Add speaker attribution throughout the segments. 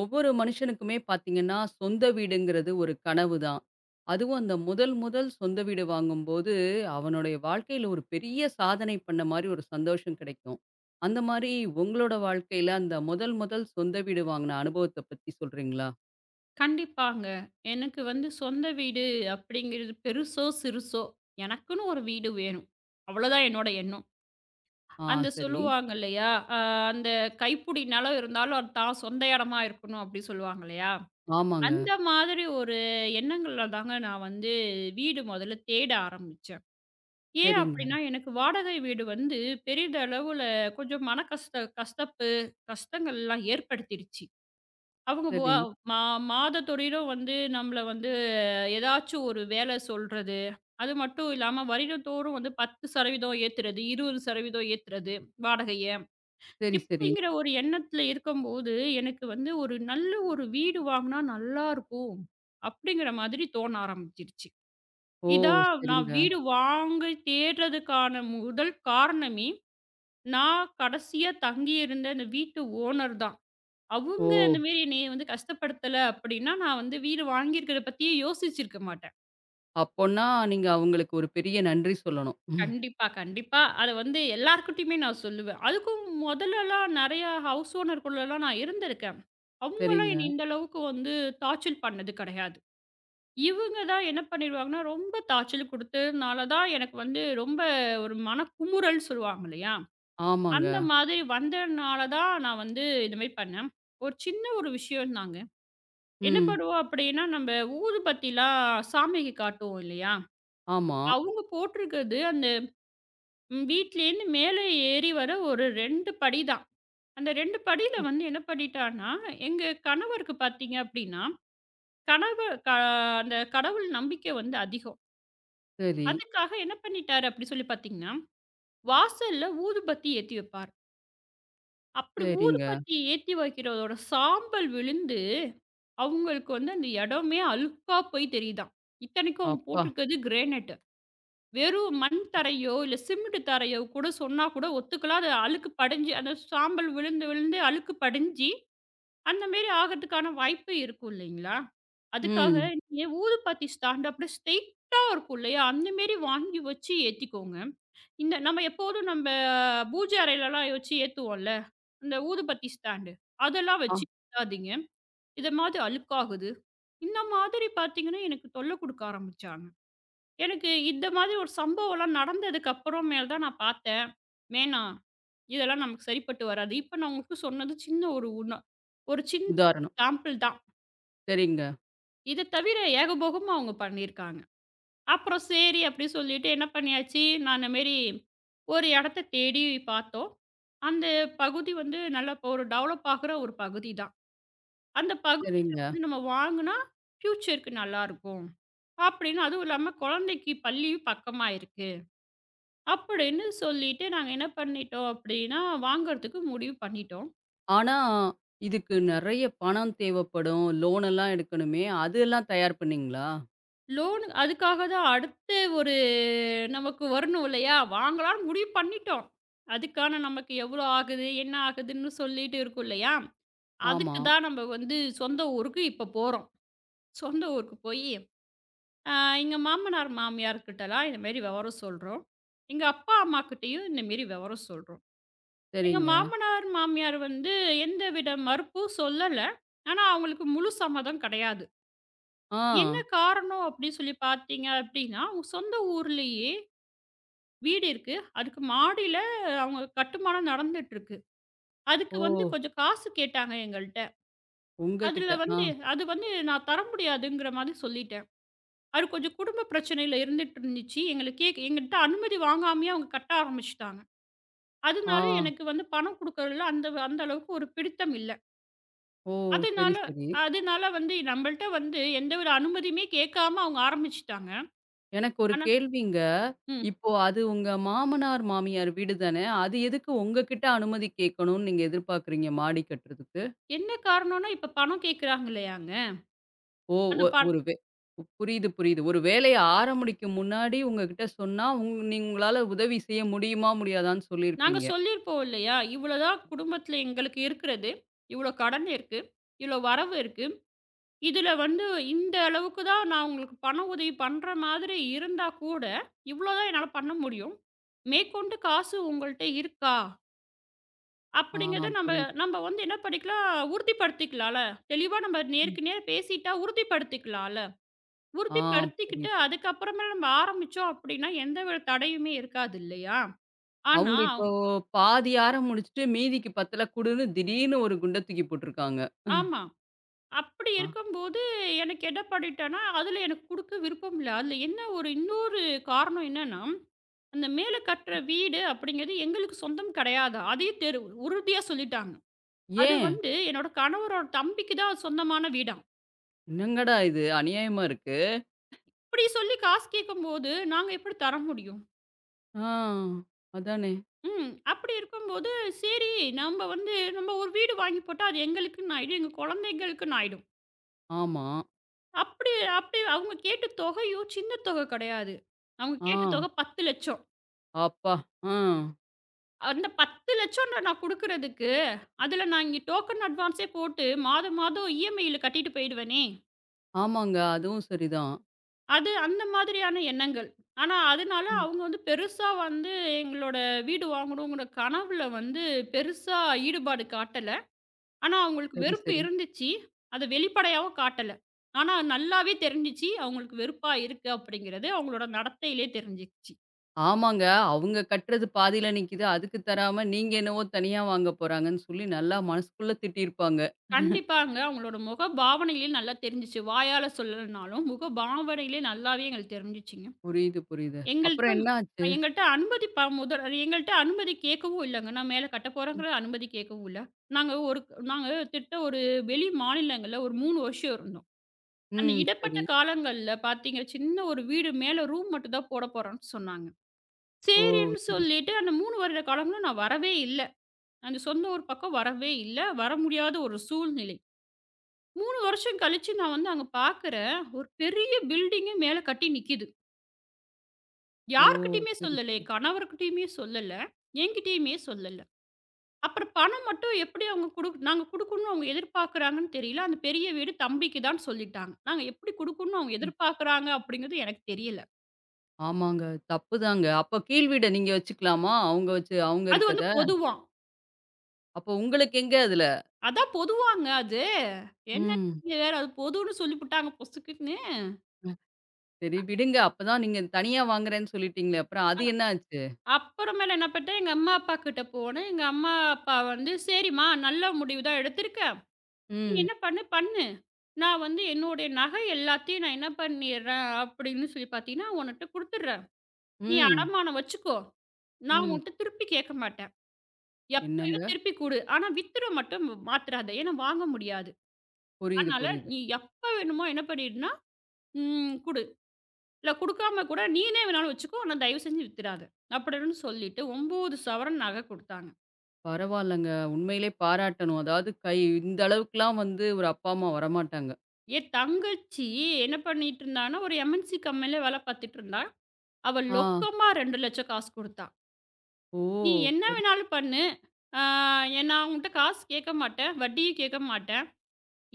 Speaker 1: ஒவ்வொரு மனுஷனுக்குமே பார்த்தீங்கன்னா, சொந்த வீடுங்கிறது ஒரு கனவு தான். அதுவும் அந்த முதல் முதல் சொந்த வீடு வாங்கும்போது, அவனுடைய வாழ்க்கையில ஒரு பெரிய சாதனை பண்ண மாரி ஒரு சந்தோஷம் கிடைக்கும். அந்த மாரி உங்களோட வாழ்க்கையில அந்த முதல் முதல் சொந்த வீடு வாங்குன அனுபவத்த பத்தி சொல்றீங்களா?
Speaker 2: கண்டிப்பாங்க. எனக்கு வந்து சொந்த வீடு அப்படிங்கிறது பெருசோ, சிறுசோ எனக்குன்னு ஒரு வீடு வேணும். அவ்வளோதான் என்னோட எண்ணம்.
Speaker 1: ஆ
Speaker 2: அந்த
Speaker 1: சரி.
Speaker 2: சொல்லுவாங்க இல்லையா? அ அந்த கைப்புடி நிலம் இருந்தாலும் அது தான் சொந்த இடமா இருக்கணும் அப்படி சொல்லுவாங்க இல்லையா?
Speaker 1: ஆமாங்க.
Speaker 2: அந்த மாதிரி ஒரு எண்ணங்கள்ல தாங்க நான் வந்து வீடு முதல்ல தேட ஆரம்பிச்சேன். ஏன்
Speaker 1: சரிங்க.
Speaker 2: அப்படின்னா, எனக்கு வாடகை வீடு வந்து பெரிதளவுல கொஞ்சம் மன கஷ்டங்கள்லாம் ஏற்படுத்திடுச்சு. அவங்க வா
Speaker 1: சரி.
Speaker 2: மா மாதத்தொடியிலும் வந்து நம்மள வந்து ஏதாச்சும் ஒரு வேலை சொல்றது. அது மட்டும் இல்லாம வருடந்தோறும் வந்து 10% ஏத்துறது, 20% ஏத்துறது வாடகைய.
Speaker 1: சரி, சரி.
Speaker 2: இப்படிங்கிற ஒரு எண்ணத்துல இருக்கும்போது, எனக்கு வந்து ஒரு நல்ல ஒரு வீடு வாங்குனா நல்லா இருக்கும். அப்படிங்கிற மாதிரி தோண ஆரம்பிச்சிருச்சு.
Speaker 1: ஓ!
Speaker 2: இதான் நான்
Speaker 1: சரிங்க.
Speaker 2: வீடு வாங்க தேடுறதுக்கான முதல் காரணமே, நான் கடைசியா தங்கியிருந்த அந்த வீட்டு ஓனர் தான்.
Speaker 1: ஓ!
Speaker 2: அவங்க அந்த மாரி என்னைய வந்து கஷ்டப்படுத்தல அப்படின்னா, நான் வந்து வீடு வாங்கியிருக்கிறத பத்தியே யோசிச்சிருக்க மாட்டேன்.
Speaker 1: அப்போன்னா நீங்க அவங்களுக்கு ஒரு பெரிய நன்றி சொல்லணும். ம்,
Speaker 2: கண்டிப்பா, கண்டிப்பா. அத வந்து எல்லார்கிட்டயுமே நான் சொல்லுவேன். அதுக்கும் மொதலலாம் நெறையா ஹவுஸ் ஓனர்குள்ளலாம் நான் இருந்திருக்கேன். அவங்கலாம்
Speaker 1: சரிங்க.
Speaker 2: என்னை இந்த அளவுக்கு வந்து டார்ச்சல் பண்ணது கிடையாது. இவங்க தான் என்ன பண்ணிருவாங்கன்னா, ரொம்ப டார்ச்சல் குடுத்ததுனால தான் எனக்கு வந்து ரொம்ப ஒரு மனக்குமுறல் சொல்லுவாங்க இல்லையா?
Speaker 1: ஆமாங்க.
Speaker 2: அந்த மாதிரி வந்ததுனால தான் நான் வந்து இந்த மாரி பண்ணேன். ஒரு சின்ன ஒரு விஷயம் தாங்க. என்ன
Speaker 1: ம்.
Speaker 2: பண்ணுவோம் அப்படின்னா, நம்ப ஊதுபத்திலாம் சாமிக்கு காட்டுவோம் இல்லையா?
Speaker 1: ஆமா.
Speaker 2: அவங்க போட்டிருக்கிறது அந்த வீட்லேருந்து மேலே ஏறி வர ஒரு 2 படி தான். அந்த 2 படியில வந்து என்ன பண்ணிட்டான்னா, எங்க கணவருக்கு பார்த்தீங்க அப்படின்னா, கணவர் க அந்த கடவுள் நம்பிக்கை வந்து அதிகம்.
Speaker 1: சரி.
Speaker 2: அதுக்காக என்ன பண்ணிட்டாரு அப்படி சொல்லி பார்த்தீங்கன்னா, வாசல்ல ஊதுபத்தி ஏத்தி வைப்பார். அப்படி
Speaker 1: சரிங்க.
Speaker 2: ஊதுபத்தி ஏத்தி வைக்கிறதோட சாம்பல் விழுந்து, அவங்களுக்கு வந்து அந்த இடமே அழுக்கா போய் தெரியுதாம். இத்தனைக்கும் அவங்க
Speaker 1: அப்பா!
Speaker 2: போட்டிருக்கிறது கிரேனைட். வெறும் மண் தரையோ, இல்ல சிமெண்ட் தரையோ கூட சொன்னா கூட ஒத்துக்கலாம். அது அழுக்கு படிஞ்சு அந்த சாம்பல் விழுந்து, விழுந்து அழுக்கு படிஞ்சு, அந்த மாரி ஆகுறதுக்கான வாய்ப்பு இருக்கும் இல்லைங்களா? அதுக்காக
Speaker 1: ம்.
Speaker 2: நீங்க ஊதுபத்தி ஸ்டாண்ட் அப்படியே ஸ்ட்ரெயிட்டா இருக்கும் இல்லையா? அந்த மாரி வாங்கி வச்சு ஏத்திக்கோங்க. இந்த நம்ம எப்போதும் நம்ப பூஜை அறையிலலாம் வச்சு ஏத்துவோம்ல, இந்த ஊதுபத்தி ஸ்டாண்டு. அதெல்லாம்
Speaker 1: ஆ
Speaker 2: வச்சு ஏத்தாதீங்க. இத மாதிரி அழுக்காகுது. இந்த மாதிரி பார்த்தீங்கன்னா, எனக்கு தொல்லை குடுக்க ஆரம்பிச்சாங்க. எனக்கு இந்த மாதிரி ஒரு சம்பவம்லாம் நடந்ததுக்கு அப்புறம் மேல் தான் நான் பார்த்தேன். வேணா, இதெல்லாம் நமக்கு சரிப்பட்டு வராது. இப்ப நான் உங்களுக்கு சொன்னது சின்ன ஒரு உண ஒரு சின்ன
Speaker 1: உதாரணம்.
Speaker 2: சாம்பிள் தான்.
Speaker 1: சரிங்க,
Speaker 2: இத தவிர ஏகபோகமா அவங்க பண்ணியிருக்காங்க. அப்புறம் சரி அப்படின்னு சொல்லிட்டு என்ன பண்ணியாச்சு, நான் இந்த மாரி ஒரு இடத்த தேடி பார்த்தோம். அந்த பகுதி வந்து நல்லா இப்போ ஒரு டெவலப் ஆகுற ஒரு பகுதி தான். அந்த பகுதியில
Speaker 1: சரிங்க.
Speaker 2: வந்து நம்ம வாங்குனா ஃபியூச்சருக்கு நல்லாருக்கும். அப்படின்னு அதுவும் இல்லாம குழந்தைக்கு பள்ளியும் பக்கமா இருக்கு. அப்படின்னு சொல்லிட்டு நாங்க என்ன பண்ணிட்டோம் அப்படின்னா, வாங்குறதுக்கு முடிவு பண்ணிட்டோம்.
Speaker 1: ஆனா, இதுக்கு நெறைய பணம் தேவைப்படும். லோன் எல்லாம் எடுக்கணுமே! அதெல்லாம் தயார் பண்ணீங்களா?
Speaker 2: லோனு அதுக்காக தான் அடுத்து ஒரு நமக்கு வரணும் இல்லையா? வாங்கலாம்னு முடிவு பண்ணிட்டோம். அதுக்கான நமக்கு எவ்வளோ ஆகுது? என்ன ஆகுதுன்னு சொல்லிட்டு இருக்கும் இல்லையா?
Speaker 1: ஆமா.
Speaker 2: அதுக்கு தான் நம்ம வந்து சொந்த ஊருக்கு இப்ப போறோம். சொந்த ஊருக்கு போயி, அ எங்க மாமனார், மாமியார் கிட்டலாம் இந்த மாரி விவரம் சொல்றோம். எங்க அப்பா, அம்மாகிட்டயும் இந்த மாரி விவரம் சொல்றோம். எங்க
Speaker 1: சரிங்க.
Speaker 2: மாமனார், மாமியார் வந்து எந்தவித மறுப்பும் சொல்லல. ஆனா, அவங்களுக்கு முழு சம்மதம் கிடையாது.
Speaker 1: ஆ.
Speaker 2: என்ன காரணம் அப்படி சொல்லி பார்த்தீங்க அப்படின்னா, அவங்க சொந்த ஊர்லயே வீடு இருக்கு. அதுக்கு மாடியில அவங்க கட்டுமானம் நடந்துட்டுருக்கு. அதுக்கு
Speaker 1: ஓ!
Speaker 2: வந்து கொஞ்சம் காசு கேட்டாங்க எங்கள்ட்ட.
Speaker 1: உங்ககிட்ட.
Speaker 2: அதுல
Speaker 1: ஆ.
Speaker 2: வந்து அது வந்து நான் தர முடியாதுங்கிற மாதிரி சொல்லிட்டேன். அது கொஞ்சம் குடும்ப பிரச்சனையில இருந்துட்டு இருந்துச்சு. எங்கள்ட்ட அனுமதி வாங்காமயே அவங்க கட்ட ஆரம்பிச்சுட்டாங்க.
Speaker 1: ஆ.
Speaker 2: அதனால எனக்கு வந்து பணம் குடுக்கறதுல அந்த அந்த அளவுக்கு ஒரு பிடித்தம் இல்ல.
Speaker 1: ஓ! சரி,
Speaker 2: அதனால
Speaker 1: சரி.
Speaker 2: அதனால வந்து நம்மள்ட்ட வந்து எந்த ஒரு அனுமதியுமே கேட்காம அவங்க ஆரம்பிச்சுட்டாங்க.
Speaker 1: எனக்கு ஒரு
Speaker 2: ஆனா
Speaker 1: கேள்விங்க.
Speaker 2: ம்.
Speaker 1: இப்போ அது உங்க மாமனார், மாமியார் வீடு தானே! அது எதுக்கு உங்ககிட்ட அனுமதி கேட்கணும்னு நீங்க எதிர்பார்க்குறீங்க மாடி கட்டுறதுக்கு?
Speaker 2: என்ன காரணம்னா, இப்ப பணம் கேட்குறாங்க இல்லையாங்க.
Speaker 1: ஓ!
Speaker 2: அந்த
Speaker 1: ஒ
Speaker 2: ப
Speaker 1: ஒரு வே புரியுது, புரியுது. ஒரு வேலைய ஆரம்பிக்கும் முன்னாடி உங்ககிட்ட சொன்னா, நீங்க உங்களால உதவி செய்ய முடியுமா? முடியாதான்னு
Speaker 2: நாங்க
Speaker 1: சொல்லியிருப்பீங்க.
Speaker 2: சொல்லியிருப்போம் இல்லையா? இவ்வளோதான் குடும்பத்தில எங்களுக்கு இருக்கிறது. இவ்வளோ கடன் இருக்கு. இவ்வளோ வரவு இருக்கு. இதில வந்து இந்த அளவுக்கு தான் நான் உங்களுக்கு பண உதவி பண்ற மாதிரி இருந்தா கூட, இவ்வளோ தான் என்னால பண்ண முடியும். மேற்கொண்டு காசு உங்கள்ட்ட இருக்கா?
Speaker 1: ஆ
Speaker 2: அப்படிங்கிறத நம்ம
Speaker 1: புரியுது.
Speaker 2: நம்ம வந்து என்ன பண்ணிக்கலாம், உறுதிப்படுத்திக்கலாம்ல. தெளிவா நம்ம
Speaker 1: ம்.
Speaker 2: நேருக்கு நேர் பேசிட்டா உறுதிப்படுத்திக்கலாம்ல.
Speaker 1: ஆ
Speaker 2: உறுதிப்படுத்திக்கிட்டு
Speaker 1: புரியுது.
Speaker 2: அதுக்கப்புறமே நம்ம ஆரம்பிச்சோம் அப்படின்னா, எந்த ஒரு தடையுமே இருக்காது இல்லையா? ஆனா
Speaker 1: அவங்க இப்போ
Speaker 2: அவங்க-
Speaker 1: பாதி முடிச்சுட்டு மீதிக்கு பத்தல குடுன்னு திடீர்னு ஒரு குண்ட தூக்கி போட்டுருக்காங்க.
Speaker 2: ஆமா. அப்படி
Speaker 1: ஆ
Speaker 2: இருக்கும்போது எனக்கு என்ன பண்ணிட்டேன்னா, அதில எனக்கு குடுக்க விருப்பம் இல்ல. அதில என்ன ஒரு இன்னொரு காரணம் என்னன்னா, அந்த மேல கட்டுற வீடு அப்படிங்கிறது எங்களுக்கு சொந்தம் கிடையாதாம். அதையும் தெரு உறுதியா சொல்லிட்டாங்க. அது
Speaker 1: ஏன்?
Speaker 2: வந்து என்னோட கணவரோட தம்பிக்கு தான் சொந்தமான வீடாம்.
Speaker 1: என்னங்கடா இது அநியாயமா இருக்கு.
Speaker 2: அப்படி சொல்லி காசு கேட்கும்போது, நாங்க எப்படி தர முடியும்?
Speaker 1: ஆ அதானே.
Speaker 2: ம். அப்படி இருக்கும்போது, சரி நம்ம வந்து நம்ம ஒரு வீடு வாங்கி போட்டா, அது எங்களுக்குன்னு ஆயிடும். எங்க குழந்தைகளுக்குன்னு ஆயிடும்.
Speaker 1: ஆமா.
Speaker 2: அப்படி அப்படி அவங்க கேட்ட தொகையும் சின்ன தொகை கிடையாது. அவங்க
Speaker 1: ஆ
Speaker 2: கேட்ட தொகை 10,00,000.
Speaker 1: அப்பா! ஆ
Speaker 2: அந்த 10,00,000 நான் குடுக்குறதுக்கு, அதுல நான் இங்க டோக்கன் அட்வான்ஸே போட்டு மாதம் மாதம் இஎம்ஐல கட்டிட்டு போயிடுவேனே!
Speaker 1: ஆமாங்க. அதுவும் சரிதான்.
Speaker 2: அது அந்த மாதிரியான எண்ணங்கள். ஆனா, அதனால
Speaker 1: ம்.
Speaker 2: அவங்க வந்து பெருசா வந்து எங்களோட வீடு வாங்கணுங்கிற கனவுல வந்து பெருசா ஈடுபாடு காட்டல. ஆனா, அவங்களுக்கு
Speaker 1: சரி,
Speaker 2: வெறுப்பு
Speaker 1: சரி.
Speaker 2: இருந்துச்சு. அத வெளிப்படையாவும் காட்டல. ஆனா, நல்லாவே தெரிஞ்சுச்சு அவங்களுக்கு வெறுப்பா இருக்கு அப்படிங்கிறது அவங்களோட நடத்தையிலே தெரிஞ்சுச்சு.
Speaker 1: ஆமாங்க. அவங்க கட்டுறது பாதியில நிக்குது. அதுக்கு தராம நீங்க என்னவோ தனியா வாங்க போறாங்கன்னு சொல்லி நல்லா மனசுக்குள்ள திட்டியிருப்பாங்க.
Speaker 2: கண்டிப்பாங்க. அவங்களோட முக பாவனையிலே நல்லா தெரிஞ்சுச்சு. வாயால சொல்லலனாலும் முக பாவனையிலே நல்லாவே எங்களுக்கு தெரிஞ்சுச்சுங்க.
Speaker 1: புரியுது, புரியுது.
Speaker 2: எங்கள்ட்ட
Speaker 1: அப்புறம் என்ன ஆச்சு?
Speaker 2: எங்கள்ட்ட அனுமதி ப முதல் எங்கள்ட்ட அனுமதி கேட்கவும் இல்லங்க. நான் மேல கட்ட போறேங்கிற அனுமதி கேட்கவும் இல்ல. நாங்க ஒரு நாங்க திட்ட ஒரு வெளி மாநிலங்கள்ல ஒரு 3 வருஷம் இருந்தோம். அந்த
Speaker 1: ம்.
Speaker 2: இடப்பட்ட
Speaker 1: சரி.
Speaker 2: காலங்கள்ல பார்த்தீங்க, சின்ன ஒரு வீடு மேல ரூம் மட்டும் தான் போட போறோம்ன்னு சொன்னாங்க.
Speaker 1: ஓ!
Speaker 2: சரின்னு
Speaker 1: சரி, சரி.
Speaker 2: சொல்லிட்டு அந்த 3 வருட காலங்களும் நான் வரவே இல்ல. அந்த சொந்த ஊர் பக்கம் வரவே இல்ல. வர முடியாத ஒரு சூழ்நிலை. 3 வருஷம் கழிச்சு நான் வந்து அங்க பார்க்குறேன். ஒரு பெரிய பில்டிங்கே மேல கட்டி நிக்குது.
Speaker 1: ஓ!
Speaker 2: யார்கிட்டயுமே
Speaker 1: சரி,
Speaker 2: சொல்லலே.
Speaker 1: சரி.
Speaker 2: கணவர்கிட்டயுமே சொல்லல. என்கிட்டயுமே சொல்லல. அப்புறம் பணம் மட்டும் எப்படி அவங்க குடு நாங்க குடுக்கணும்னு அவங்க எதிர்பார்க்குறாங்கன்னு தெரியல. அந்த பெரிய வீடு தம்பிக்கு தான் சொல்லிட்டாங்க. நாங்க எப்படி குடுக்கணும்னு அவங்க எதிர்பார்க்குறாங்க அப்படிங்கிறது எனக்கு தெரியல.
Speaker 1: ஆமாங்க. தப்புதாங்க. அப்ப கீழ் வீட நீங்க வச்சுக்கலாமா? அவங்க வச்சு அவங்க
Speaker 2: அது
Speaker 1: இருக்கத.
Speaker 2: வந்து பொதுவாம்.
Speaker 1: அப்போ உங்களுக்கு எங்க அதுல?
Speaker 2: அதான் பொதுவாங்க அது. என்ன
Speaker 1: ம்.
Speaker 2: நீங்க வேற அது பொதுன்னு சொல்லிப்புட்டாங்க பொசுக்குன்னு.
Speaker 1: அ சரி விடுங்க. அப்பதான் நீங்க தனியா வாங்குறேன்னு சொல்லிட்டீங்களே! அப்புறம் அது என்ன ஆச்சு?
Speaker 2: அப்புறமேல என்ன பண்ணிட்டேன், எங்க அம்மா அப்பா கிட்ட போனேன். எங்க அம்மா அப்பா வந்து, "சரிம்மா நல்ல முடிவு தான் எடுத்திருக்க. நீ
Speaker 1: ம்.
Speaker 2: என்ன பண்ணு பண்ணு. நான் வந்து என்னுடைய நகை எல்லாத்தையும் நான் என்ன பண்ணிடுறேன் அப்படின்னு சொல்லி பார்த்தீங்கன்னா, உன்ட்ட குடுத்துடுறேன். நீ
Speaker 1: ம்.
Speaker 2: அடமானம் வச்சுக்கோ. நான்
Speaker 1: ம்.
Speaker 2: உன்ட்ட திருப்பி கேட்க மாட்டேன். எப்பயோ
Speaker 1: என்னங்க?
Speaker 2: திருப்பி குடு. ஆனா வித்துற மட்டும் மாத்துறாத. ஏன்னா வாங்க முடியாது.
Speaker 1: புரியுது,
Speaker 2: அதனால
Speaker 1: புரியுது.
Speaker 2: நீ எப்ப வேணுமோ என்ன பண்ணிடுனா, ம் குடு. இல்ல குடுக்காம கூட நீனே வேணாலும் வச்சுக்கோ. ஆனா தயவு செஞ்சு வித்துறாத. அப்படின்னு சொல்லிட்டு 9 சவரன் நகை குடுத்தாங்க.
Speaker 1: பரவால்லங்க. உண்மையிலே பாராட்டணும். அதாவது இந்த அளவுக்குலாம் வந்து ஒரு அப்பா, அம்மா வரமாட்டாங்க.
Speaker 2: என் தங்கச்சி என்ன பண்ணிட்டு இருந்தான்னா, ஒரு எம்என்சி கம்பெனில வேலை பார்த்துட்டு இருந்தா. அவ
Speaker 1: ஆ.
Speaker 2: லொக்கமா 2,00,000 காசு குடுத்தா.
Speaker 1: ஓ!
Speaker 2: நீ என்ன
Speaker 1: சரி.
Speaker 2: வேணாலும் பண்ணு. ஆ நான் உன்ட்ட காசு கேட்க மாட்டேன். வட்டியும் கேட்க மாட்டேன்.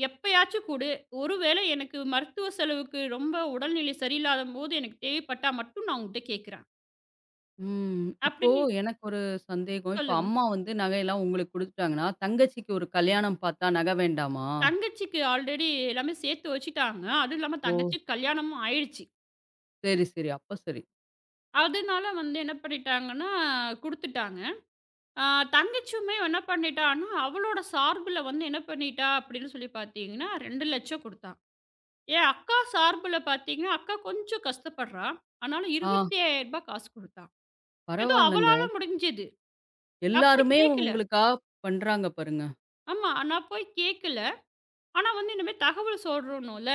Speaker 2: எப்பயாச்சும் குடு. ஒருவேளை எனக்கு மருத்துவ செலவுக்கு ரொம்ப உடல்நிலை சரியில்லாதம்போது எனக்கு தேவைப்பட்டா மட்டும் நான் உன்ட்ட கேட்கிறேன்.
Speaker 1: ம். இப்போ
Speaker 2: அப்படின்னு
Speaker 1: எனக்கு ஒரு சந்தேகம். இப்ப
Speaker 2: சொல்லுங்க.
Speaker 1: அம்மா வந்து நகையெல்லாம் உங்களுக்கு குடுத்துட்டாங்கன்னா, தங்கச்சிக்கு ஒரு கல்யாணம் பார்த்தா நகை வேண்டாமா?
Speaker 2: தங்கச்சிக்கு ஆல்ரெடி எல்லாமே சேர்த்து வச்சுட்டாங்க. அதுவும் இல்லாம
Speaker 1: ஓ!
Speaker 2: தங்கச்சிக்கு கல்யாணமும் ஆயிடுச்சு.
Speaker 1: சரி, சரி. அப்ப சரி.
Speaker 2: அதனால வந்து என்ன பண்ணிட்டாங்கன்னா, குடுத்துட்டாங்க. ஆ தங்கச்சியுமே என்ன பண்ணிட்டான்னா, அவளோட சார்புல வந்து என்ன பண்ணிட்டா அப்படின்னு சொல்லி பார்த்தீங்கன்னா, 2,00,000 குடுத்தா. என் அக்கா சார்புல பார்த்தீங்கன்னா, அக்கா கொஞ்சம் கஷ்டப்படுறா. ஆனாலும் ரூ.
Speaker 1: ஆ
Speaker 2: 25,000 காசு குடுத்தா. ஏதோ
Speaker 1: பரவால்லங்க.
Speaker 2: அவளால முடிஞ்சது. நான் போய்
Speaker 1: எல்லாருமே
Speaker 2: கேட்கல.
Speaker 1: உங்களுக்கா பண்றாங்க பாருங்க.
Speaker 2: ஆமா. நான் போய் கேட்கல. ஆனா வந்து இந்த மாரி தகவல் சொல்றணும்ல.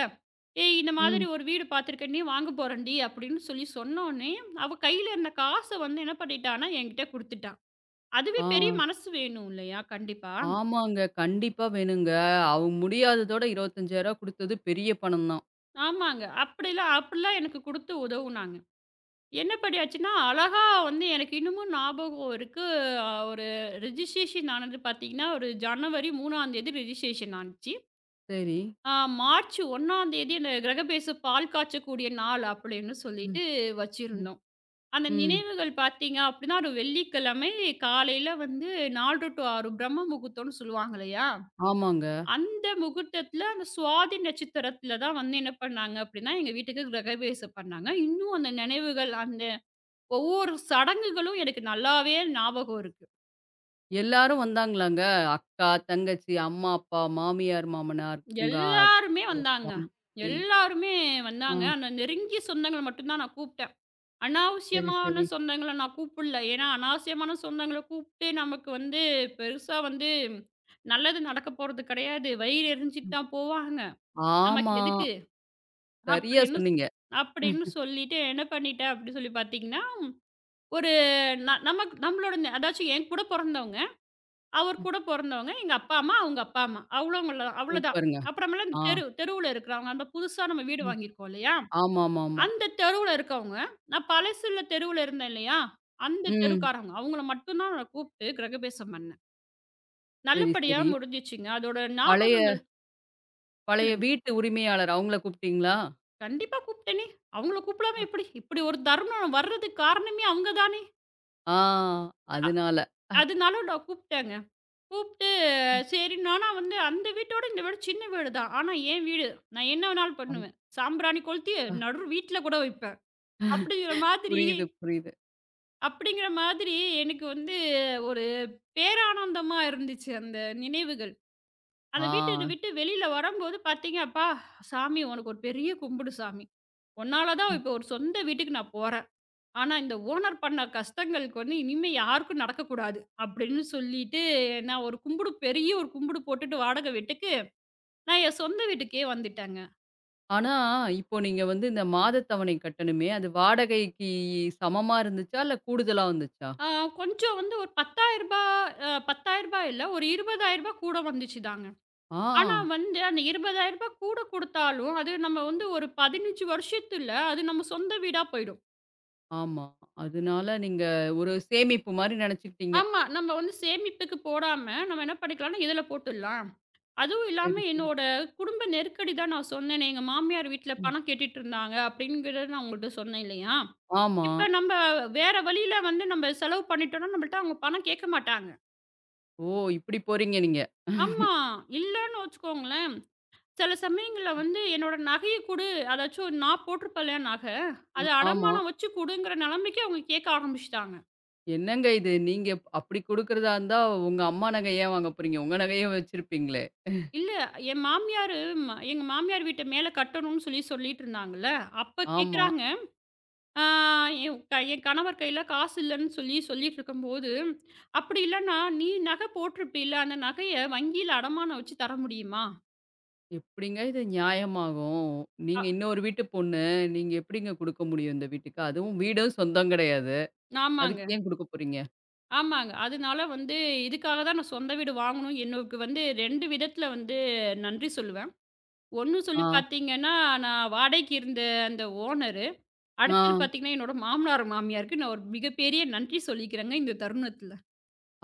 Speaker 2: "ஏய் இந்த மாதிரி
Speaker 1: ம்.
Speaker 2: ஒரு வீடு பார்த்துருக்கேன். நீ வாங்க போறேன்டி" அப்படின்னு சொல்லி சொன்னோனே, அவ கையில இருந்த காச வந்து என்ன பண்ணிட்டான்னா, என்கிட்ட குடுத்துட்டா. அதுவே
Speaker 1: ஆ.
Speaker 2: பெரிய மனசு வேணும் இல்லையா? கண்டிப்பா.
Speaker 1: ஆமாங்க. கண்டிப்பா வேணுங்க. அவங்க முடியாததோட ரூ. 25,000 குடுத்தது பெரிய பணம் தான்.
Speaker 2: ஆமாங்க. அப்படிலாம் அப்படிலாம் எனக்கு குடுத்து உதவுனாங்க. என்ன படியாச்சுன்னா, அழகா வந்து எனக்கு இன்னமும் ஞாபகம் இருக்கு. ஒரு ரிஜிஸ்ட்ரேஷன் ஆனது பார்த்தீங்கன்னா, ஒரு ஜனவரி 3ஆந்தேதி ரிஜிஸ்ட்ரேஷன் ஆனுச்சு.
Speaker 1: சரி.
Speaker 2: அ மார்ச் 1ஆந்தேதி அந்த கிரகபேசம் பால் காய்ச்சக்கூடிய நாள் அப்படின்னு
Speaker 1: ம்,
Speaker 2: சொல்லிட்டு
Speaker 1: ம்,
Speaker 2: வச்சிருந்தோம். அந்த
Speaker 1: ம்.
Speaker 2: நினைவுகள் பார்த்தீங்க அப்படின்னா, ஒரு வெள்ளிக்கிழமை காலையில வந்து 4 டூ 6 பிரம்ம முகூர்த்தம்னு சொல்லுவாங்க இல்லையா?
Speaker 1: ஆமாங்க.
Speaker 2: அந்த முகூர்த்தத்தில அந்த சுவாதி நட்சத்திரத்தில தான் வந்து என்ன பண்ணாங்க அப்படின்னா, எங்க வீட்டுக்கு கிரகபேசம் பண்ணாங்க. இன்னும் அந்த நினைவுகள் அந்த ஒவ்வொரு சடங்குகளும் எனக்கு நல்லாவே ஞாபகம் இருக்கு.
Speaker 1: எல்லாரும் வந்தாங்களாங்க. அக்கா, தங்கச்சி, அம்மா, அப்பா, மாமியார், மாமனார், உங்க
Speaker 2: எல்லாருமே
Speaker 1: ஒரு
Speaker 2: வந்தாங்க.
Speaker 1: தம்பி.
Speaker 2: எல்லாருமே
Speaker 1: ஆ
Speaker 2: வந்தாங்க. ஆனா நெருங்கிய சொந்தங்கள மட்டும் தான் நான் கூப்பிட்டேன்.
Speaker 1: சரி,
Speaker 2: அனாவசியமான
Speaker 1: சரி.
Speaker 2: சொந்தங்கள நான் கூப்பிடல. ஏன்னா, அனாவசியமான சொந்தங்கள கூப்பிட்டு நமக்கு வந்து பெருசா வந்து நல்லது நடக்க போறது கிடையாது. வயிறு எரிஞ்சிட்டு
Speaker 1: ம்.
Speaker 2: தான் போவாங்க. நமக்கு
Speaker 1: ஆமா.
Speaker 2: எதுக்கு?
Speaker 1: சரியா
Speaker 2: அப்படின்னு
Speaker 1: சொன்னீங்க. ம்,
Speaker 2: அப்படின்னு சொல்லிட்டு என்ன பண்ணிட்டேன் அப்படி சொல்லி பார்த்தீங்கன்னா, ஒரு நமக்கு அதாச்சும் என் கூட பொறந்தவங்க. அவர்
Speaker 1: ம்.
Speaker 2: கூட பொறந்தவங்க. எங்க அப்பா, அம்மா, அவங்க அப்பா, அம்மா. அவ்வளோங்கள அவ்வளோதான்.
Speaker 1: சூப்பருங்க.
Speaker 2: அப்புறமேல அந்த
Speaker 1: ஆ.
Speaker 2: தெருவுல இருக்கிறவங்க. அந்த புதுசா நம்ம வீடு
Speaker 1: ம்.
Speaker 2: வாங்கியிருக்கோம் இல்லையா?
Speaker 1: ஆமாமாமா.
Speaker 2: அந்த தெருவுல இருக்கவங்க. நான் பழசுல தெருவுல இருந்தேன் இல்லையா? அந்த
Speaker 1: ம்.
Speaker 2: தெருக்காரங்க. அவங்கள மட்டும் தான் நான் கூப்பிட்டு கிரகபேசம் பண்ணேன்.
Speaker 1: சரி,
Speaker 2: நல்லபடியா
Speaker 1: சரி.
Speaker 2: முடிஞ்சுச்சுங்க. அதோட
Speaker 1: பழைய
Speaker 2: ஞாபகங்கள்
Speaker 1: பழைய
Speaker 2: சொல்லுங்க.
Speaker 1: வீட்டு உரிமையாளர் அவங்கள கூப்பிட்டீங்களா?
Speaker 2: கண்டிப்பா கூப்பிட்டேனே! அவங்கள கூப்பிடாம
Speaker 1: அ.
Speaker 2: எப்படி? இப்படி ஒரு தருணம் வர்றதுக்கு காரணமே அவங்க தானே!
Speaker 1: ஆ அதனால. அ.
Speaker 2: அதனால நான் கூப்பிட்டேங்க. கூப்பிட்டு சரின்னு ஆனா வந்து அந்த வீட்டோட இந்த வீடு சின்ன வீடு தான். ஆனா என் வீடு. நான் என்ன வேணாலும்
Speaker 1: அ.
Speaker 2: பண்ணுவேன். சாம்பிராணி கொளுத்தி
Speaker 1: அ,
Speaker 2: நடு வீட்ல கூட வைப்பேன். அப்படிங்கிற மாதிரி
Speaker 1: புரியுது, புரியுது.
Speaker 2: அப்படிங்கிற மாதிரி எனக்கு வந்து ஒரு பேரானந்தமா இருந்துச்சு அந்த நினைவுகள். அந்த வீட்ட
Speaker 1: ஆ.
Speaker 2: விட்டு வெளியில வரும்போது பார்த்தீங்க, "அப்பா சாமி உனக்கு ஒரு பெரிய கும்பிடு சாமி. உன்னால தான் இப்போ ஒரு சொந்த வீட்டுக்கு நான் போறேன். ஆனா இந்த ஓனர் பண்ண கஷ்டங்களுக்கு வந்து இனிமே யாருக்கும் நடக்கக்கூடாது." அப்படின்னு சொல்லிட்டு நான் ஒரு கும்பிடு பெரிய ஒரு கும்பிடு போட்டுட்டு வாடகை வீட்டுக்கு நான் என் சொந்த வீட்டுக்கே வந்துட்டேங்க.
Speaker 1: ஆனா, இப்போ நீங்க வந்து இந்த மாத தவணை கட்டணுமே, அது வாடகைக்கு சமமா இருந்துச்சா? இல்ல கூடுதலா வந்துச்சா?
Speaker 2: ஆ கொஞ்சம் வந்து ஒரு ரூ. 10,000 ரூ. 10,000 இல்ல, ஒரு ரூ. 20,000 கூட வந்துச்சுதாங்க.
Speaker 1: ஆ,
Speaker 2: ஆனா வந்து அந்த ரூ. 20,000 கூட குடுத்தாலும், அது நம்ம வந்து ஒரு 15 வருஷத்துல அது நம்ம சொந்த வீடா போயிடும்.
Speaker 1: ஆமா. அதனால நீங்க ஒரு சேமிப்பு மாரி நெனச்சுக்கிட்டீங்க.
Speaker 2: ஆமா, நம்ம வந்து சேமிப்புக்கு போடாம, நம்ம என்ன பண்ணிக்கலாம்னா, இதுல போட்டுடலாம். அதுவும்
Speaker 1: சரி,
Speaker 2: இல்லாம
Speaker 1: சரி.
Speaker 2: என்னோட குடும்ப நெருக்கடி தான் நான் சொன்னேனே, எங்க மாமியார் வீட்ல
Speaker 1: ம்.
Speaker 2: பணம் கேட்டுட்டு இருந்தாங்க அப்படிங்கிறத நான் உங்கள்ட்ட சொன்னேன் இல்லையா?
Speaker 1: ஆமா.
Speaker 2: இப்ப நம்ம வேற வழியில வந்து நம்ம செலவு பண்ணிட்டோம்னா, நம்மள்ட்ட அவங்க பணம் கேட்க மாட்டாங்க.
Speaker 1: ஓ! இப்படி போறீங்க நீங்க.
Speaker 2: ஆமா. இல்லன்னு வச்சுக்கோங்களேன், சில சமயங்கள்ல வந்து என்னோட நகைய குடு, அதாச்சும் நான் போட்டிருப்பேன்ல நகை, அத
Speaker 1: ஆமா.
Speaker 2: அடமானம் வச்சு குடுங்கிற நிலைமைக்கு அவங்க கேட்க ஆரம்பிச்சுட்டாங்க.
Speaker 1: என்னங்க இது? நீங்க அப்படி குடுக்கறதா இருந்தா, உங்க அம்மா நகை ஏன் வாங்க போறீங்க? உங்க நகையே வச்சிருப்பீங்களே.
Speaker 2: இல்ல என் மாமியாரு ம எங்க மாமியார் வீட்ட மேல கட்டணும்னு சொல்லி சொல்லிட்டு இருந்தாங்கல்ல, அப்ப
Speaker 1: ஆமா.
Speaker 2: கேட்குறாங்க. ஆ என் கணவர் கையில காசு இல்லன்னு சொல்லி சொல்லிட்டு இருக்கும்போது, "அப்படி இல்லன்னா, நீ நகை போட்டிருப்பீல்ல, அந்த நகைய வங்கியில அடமானம் வச்சு தர முடியுமா?"
Speaker 1: எப்படிங்க இது நியாயமாகும்?
Speaker 2: அ
Speaker 1: நீங்க இன்னொரு வீட்டு பொண்ணு. நீங்க எப்படிங்க குடுக்க முடியும் இந்த வீட்டுக்கு? அதுவும் வீடும் சொந்தம் கிடையாது.
Speaker 2: ஆமாங்க.
Speaker 1: அதுக்கு ஏன் குடுக்க போறீங்க?
Speaker 2: ஆமாங்க. அதனால வந்து இதுக்காக தான் நான் சொந்த வீடு வாங்கணும். எனக்கு வந்து 2 விதத்தில வந்து நன்றி சொல்லுவேன். ஒண்ணு சொல்லி
Speaker 1: ஆ,
Speaker 2: பார்த்தீங்கன்னா, நான் வாடகைக்கு இருந்த அந்த ஓனரு.
Speaker 1: ஆ,
Speaker 2: அடுத்தது பார்த்தீங்கன்னா, என்னோட மாமனார், மாமியாருக்கு நான் ஒரு மிகப்பெரிய நன்றி சொல்லிக்கிறேங்க இந்த தருணத்தில.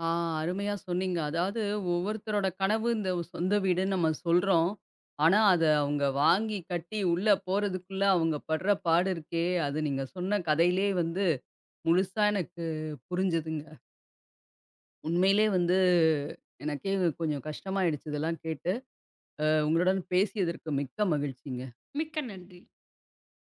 Speaker 1: ஆ. அருமையா சொன்னீங்க. அதாவது ஒவ்வொருத்தரோட கனவு இந்த சொந்த வீடுன்னு நம்ம சொல்றோம். ஆனா, அத அவங்க வாங்கி கட்டி உள்ள போறதுக்குள்ள அவங்க படுற பாடு இருக்கே! அது நீங்க சொன்ன கதையிலே வந்து முழுசா எனக்கு புரிஞ்சுதுங்க. உண்மையிலே வந்து எனக்கே கொஞ்சம் கஷ்டமாயிடுச்சு இதெல்லாம் கேட்டு. அ உங்களுடன் பேசியதற்கு மிக்க மகிழ்ச்சிங்க.
Speaker 2: மிக்க நன்றி.